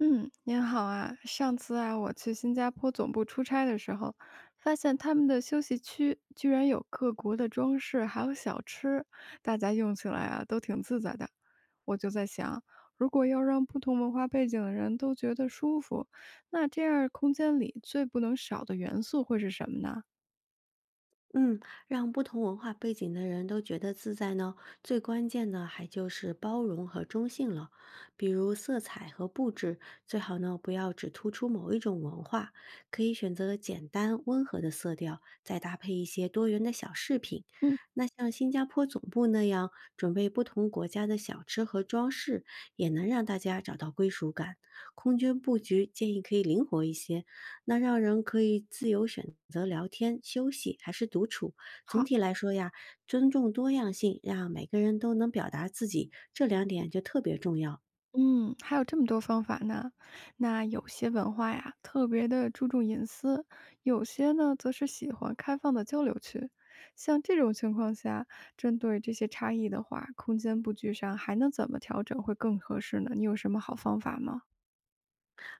嗯，您好啊。上次啊，我去新加坡总部出差的时候，发现他们的休息区居然有各国的装饰，还有小吃，大家用起来啊都挺自在的。我就在想，如果要让不同文化背景的人都觉得舒服，那这样空间里最不能少的元素会是什么呢？嗯，让不同文化背景的人都觉得自在呢，最关键的还就是包容和中性了。比如色彩和布置，最好呢不要只突出某一种文化，可以选择简单温和的色调，再搭配一些多元的小饰品。嗯，那像新加坡总部那样，准备不同国家的小吃和装饰，也能让大家找到归属感。空间布局建议可以灵活一些，那让人可以自由选择聊天、休息还是独处。总好。体来说呀，尊重多样性，让每个人都能表达自己，这两点就特别重要了。嗯，还有这么多方法呢。那有些文化呀，特别的注重隐私；有些呢，则是喜欢开放的交流区。像这种情况下，针对这些差异的话，空间布局上还能怎么调整会更合适呢？你有什么好方法吗？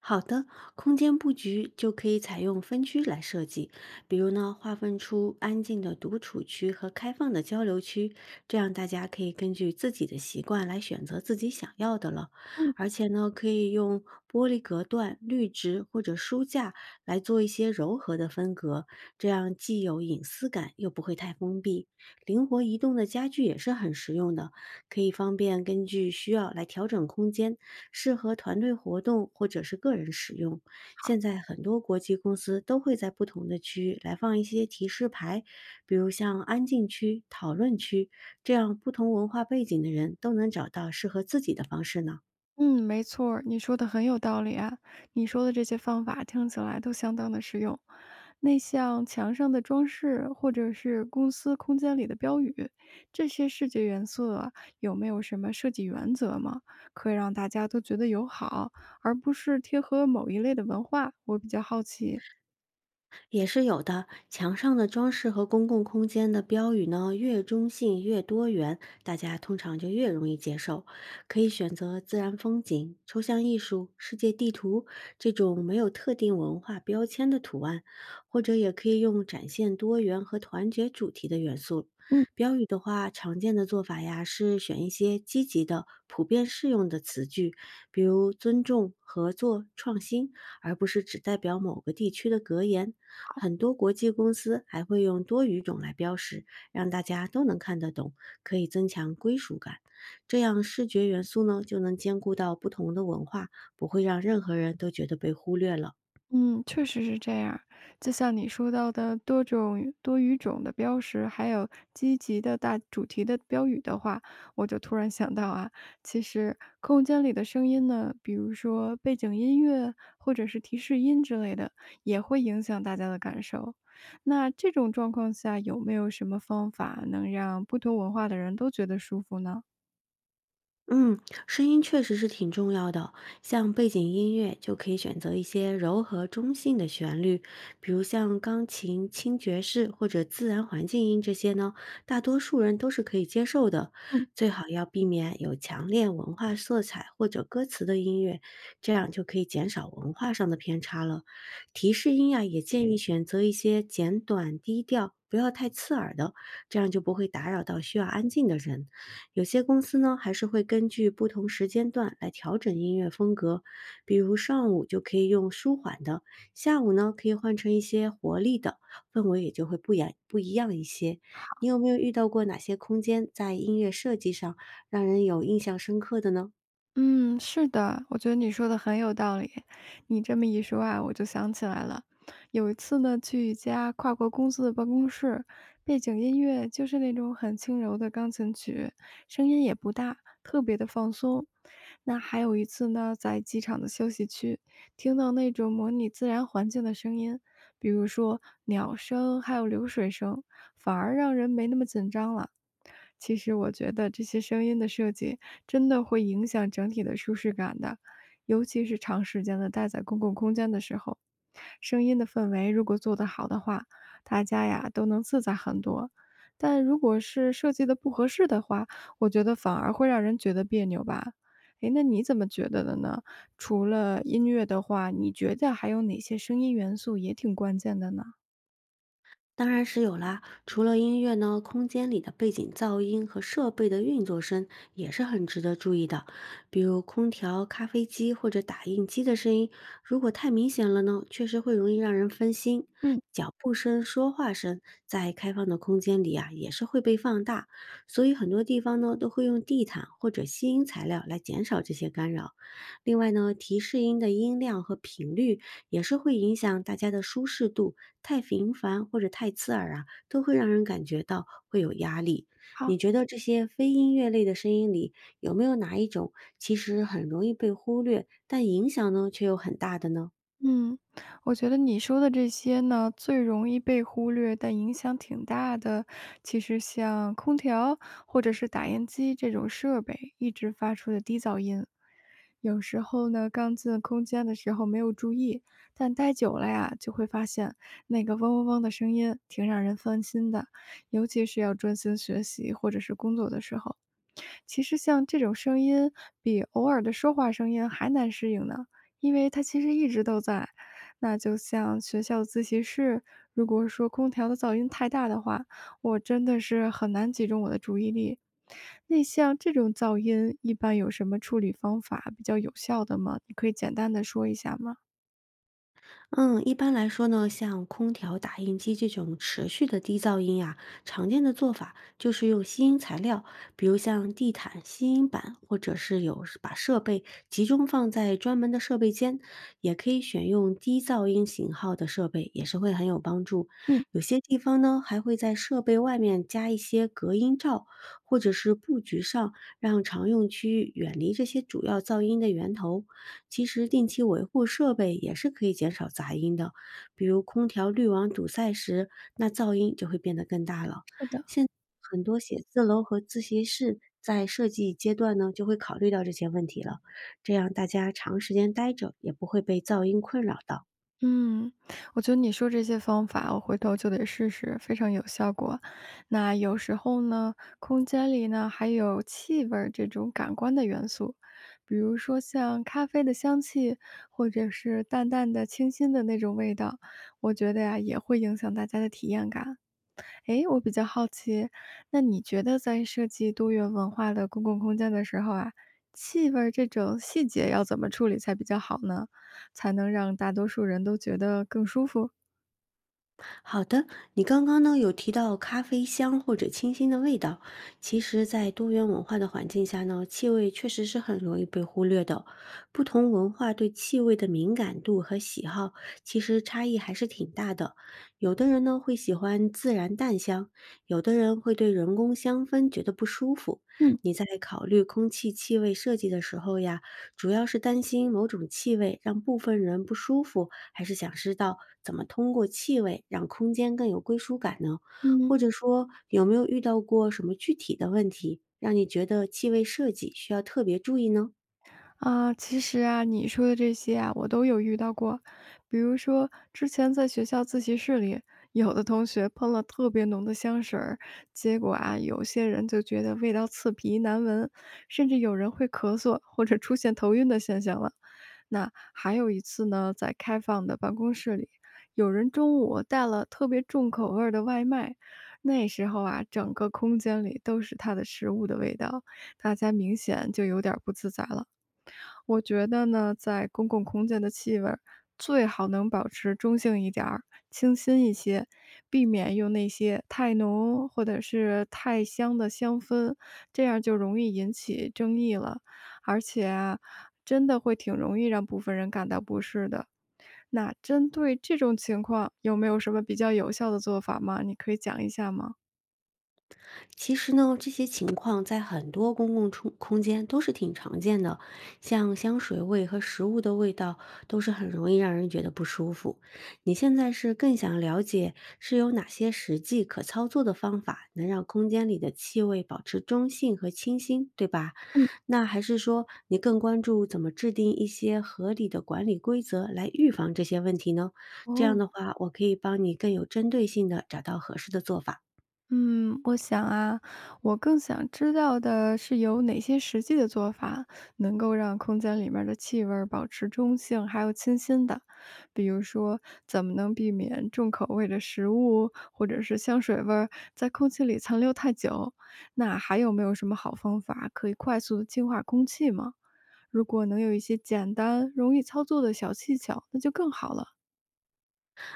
好的，空间布局就可以采用分区来设计，比如呢，划分出安静的独处区和开放的交流区，这样大家可以根据自己的习惯来选择自己想要的了。嗯，而且呢，可以用玻璃隔断、绿植或者书架来做一些柔和的分隔，这样既有隐私感，又不会太封闭。灵活移动的家具也是很实用的，可以方便根据需要来调整空间。适合团队活动或者是个人使用。好，现在很多国际公司都会在不同的区域来放一些提示牌，比如像安静区、讨论区，这样不同文化背景的人都能找到适合自己的方式呢。嗯，没错儿，你说的很有道理啊。你说的这些方法听起来都相当的实用。那像墙上的装饰，或者是公司空间里的标语，这些视觉元素啊，有没有什么设计原则吗？可以让大家都觉得友好，而不是贴合某一类的文化？我比较好奇。也是有的。墙上的装饰和公共空间的标语呢，越中性越多元，大家通常就越容易接受。可以选择自然风景、抽象艺术、世界地图这种没有特定文化标签的图案，或者也可以用展现多元和团结主题的元素。标语的话，常见的做法呀是选一些积极的、普遍适用的词句，比如尊重、合作、创新。而不是只代表某个地区的格言。很多国际公司还会用多语种来标识，让大家都能看得懂，可以增强归属感。这样视觉元素呢，就能兼顾到不同的文化，不会让任何人都觉得被忽略了。嗯，确实是这样儿，就像你说到的多种多语种的标识，还有积极的大主题的标语的话，我就突然想到啊，其实空间里的声音呢，比如说背景音乐或者是提示音之类的，也会影响大家的感受。那这种状况下，有没有什么方法能让不同文化的人都觉得舒服呢？嗯，声音确实是挺重要的。像背景音乐就可以选择一些柔和中性的旋律，比如像钢琴、轻爵士或者自然环境音这些呢，大多数人都是可以接受的。最好要避免有强烈文化色彩或者歌词的音乐，这样就可以减少文化上的偏差了。提示音呀，也建议选择一些简短低调。不要太刺耳的，这样就不会打扰到需要安静的人。有些公司呢，还是会根据不同时间段来调整音乐风格，比如上午就可以用舒缓的，下午呢可以换成一些活力的，氛围也就会不一样一些。你有没有遇到过哪些空间在音乐设计上让人有印象深刻的呢？嗯，是的，我觉得你说的很有道理。你这么一说啊，我就想起来了。有一次呢，去一家跨国公司的办公室，背景音乐就是那种很轻柔的钢琴曲，声音也不大，特别的放松。那还有一次呢，在机场的休息区，听到那种模拟自然环境的声音，比如说鸟声，还有流水声，反而让人没那么紧张了。其实我觉得这些声音的设计真的会影响整体的舒适感的，尤其是长时间的待在公共空间的时候，声音的氛围如果做得好的话，大家呀都能自在很多。但如果是设计的不合适的话，我觉得反而会让人觉得别扭吧。哎，那你怎么觉得的呢？除了音乐的话，你觉得还有哪些声音元素也挺关键的呢？当然是有啦，除了音乐呢，空间里的背景噪音和设备的运作声也是很值得注意的，比如空调、咖啡机或者打印机的声音，如果太明显了呢，确实会容易让人分心。嗯。脚步声、说话声在开放的空间里啊，也是会被放大，所以很多地方呢都会用地毯或者吸音材料来减少这些干扰。另外呢，提示音的音量和频率也是会影响大家的舒适度，太频繁或者太刺耳啊，都会让人感觉到会有压力。好。你觉得这些非音乐类的声音里，有没有哪一种其实很容易被忽略，但影响呢却又很大的呢？嗯，我觉得你说的这些呢，最容易被忽略，但影响挺大的。其实像空调或者是打印机这种设备一直发出的低噪音，有时候呢，刚进空间的时候没有注意，但待久了呀，就会发现那个嗡嗡嗡的声音挺让人烦心的，尤其是要专心学习或者是工作的时候。其实像这种声音比偶尔的说话声音还难适应呢，因为它其实一直都在。那就像学校自习室，如果说空调的噪音太大的话，我真的是很难集中我的注意力。那像这种噪音，一般有什么处理方法比较有效的吗？你可以简单的说一下吗？嗯，一般来说呢，像空调、打印机这种持续的低噪音呀、常见的做法就是用吸音材料，比如像地毯、吸音板，或者是有把设备集中放在专门的设备间，也可以选用低噪音型号的设备，也是会很有帮助。嗯，有些地方呢，还会在设备外面加一些隔音罩，或者是布局上让常用区域远离这些主要噪音的源头。其实定期维护设备也是可以减少杂音的，比如空调滤网堵塞时，那噪音就会变得更大了。是的。现在很多写字楼和自习室在设计阶段呢，就会考虑到这些问题了，这样大家长时间待着也不会被噪音困扰到。嗯，我觉得你说这些方法，我回头就得试试，非常有效果。那有时候呢，空间里呢还有气味儿这种感官的元素，比如说像咖啡的香气，或者是淡淡的、清新的那种味道，我觉得呀也会影响大家的体验感。诶，我比较好奇，那你觉得在设计多元文化的公共空间的时候啊，气味儿这种细节要怎么处理才比较好呢？才能让大多数人都觉得更舒服？好的，你刚刚呢有提到咖啡香或者清新的味道，其实，在多元文化的环境下呢，气味确实是很容易被忽略的。不同文化对气味的敏感度和喜好，其实差异还是挺大的。有的人呢会喜欢自然淡香，有的人会对人工香氛觉得不舒服。嗯你在考虑空气气味设计的时候呀，主要是担心某种气味让部分人不舒服，还是想知道怎么通过气味让空间更有归属感呢？嗯。或者说，有没有遇到过什么具体的问题，让你觉得气味设计需要特别注意呢？啊，其实啊，你说的这些啊，我都有遇到过。比如说，之前在学校自习室里，有的同学喷了特别浓的香水儿，结果啊，有些人就觉得味道刺鼻难闻，甚至有人会咳嗽或者出现头晕的现象了。那还有一次呢，在开放的办公室里，有人中午带了特别重口味儿的外卖，那时候啊，整个空间里都是他的食物的味道，大家明显就有点儿不自在了。我觉得呢，在公共空间的气味儿最好能保持中性一点儿，清新一些，避免用那些太浓或者是太香的香氛，这样就容易引起争议了。而且啊，真的会挺容易让部分人感到不适的。那针对这种情况，有没有什么比较有效的做法吗？你可以讲一下吗？其实呢，这些情况在很多公共空空间都是挺常见的，像香水味和食物的味道都是很容易让人觉得不舒服。你现在是更想了解是有哪些实际可操作的方法能让空间里的气味保持中性和清新，对吧？嗯，那还是说你更关注怎么制定一些合理的管理规则来预防这些问题呢？这样哦，的话，我可以帮你更有针对性的找到合适的做法。嗯，我想啊，我更想知道的是有哪些实际的做法能够让空间里面儿的气味儿保持中性，还有清新的。比如说，怎么能避免重口味的食物或者是香水味儿在空气里残留太久？那还有没有什么好方法可以快速的净化空气吗？如果能有一些简单、容易操作的小技巧，那就更好了。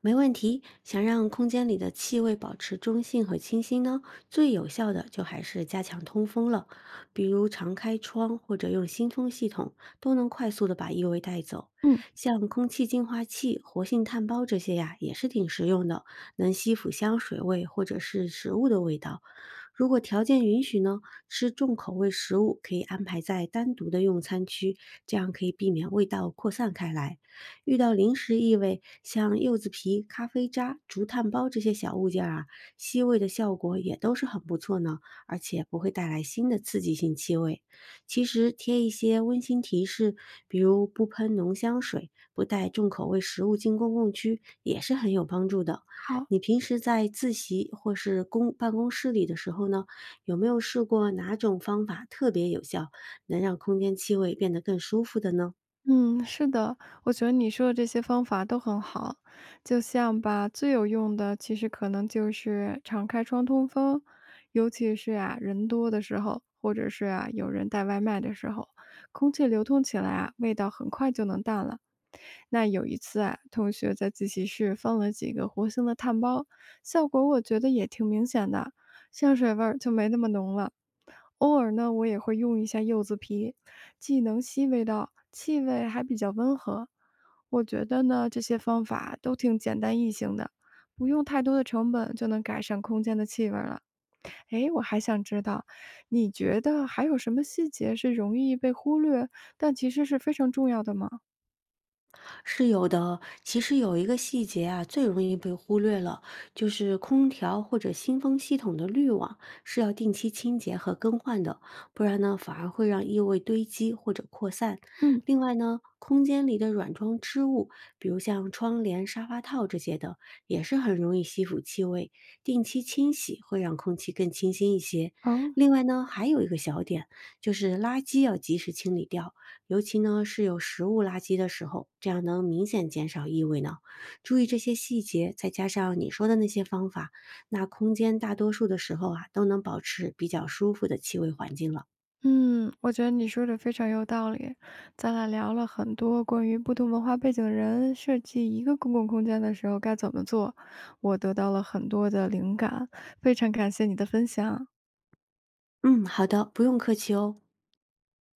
没问题，想让空间里的气味保持中性和清新呢，最有效的就还是加强通风了，比如常开窗或者用新风系统，都能快速的把异味带走。嗯，像空气净化器、活性炭包这些呀，也是挺实用的，能吸附香水味或者是食物的味道。如果条件允许呢，吃重口味食物可以安排在单独的用餐区，这样可以避免味道扩散开来。遇到零食异味，像柚子皮、咖啡渣、竹炭包这些小物件儿啊，吸味的效果也都是很不错呢，而且不会带来新的刺激性气味。其实贴一些温馨提示，比如不喷浓香水、不带重口味食物进公共区，也是很有帮助的。好。你平时在自习或是公办公室里的时候呢，有没有试过哪种方法特别有效，能让空间气味变得更舒服的呢？嗯，是的，我觉得你说的这些方法都很好。就像吧，最有用的其实可能就是敞开窗通风，尤其是啊人多的时候，或者是啊有人带外卖的时候，空气流通起来啊，味道很快就能淡了。那有一次啊，同学在自习室放了几个活性的炭包，效果我觉得也挺明显的，香水味儿就没那么浓了。偶尔呢，我也会用一下柚子皮，既能吸味道，气味还比较温和。我觉得呢，这些方法都挺简单易行的，不用太多的成本就能改善空间的气味了。诶，我还想知道，你觉得还有什么细节是容易被忽略，但其实是非常重要的吗？是有的。其实有一个细节啊，最容易被忽略了，就是空调或者新风系统的滤网是要定期清洁和更换的，不然呢，反而会让异味堆积或者扩散。嗯，另外呢，空间里的软装织物，比如像窗帘、沙发套这些的，也是很容易吸附气味，定期清洗会让空气更清新一些。好。另外呢，还有一个小点，就是垃圾要及时清理掉。尤其呢是有食物垃圾的时候，这样能明显减少异味呢。注意这些细节，再加上你说的那些方法，那空间大多数的时候啊，都能保持比较舒服的气味环境了。嗯，我觉得你说的非常有道理。咱俩聊了很多关于不同文化背景的人设计一个公共空间的时候该怎么做，我得到了很多的灵感，非常感谢你的分享。嗯，好的，不用客气哦。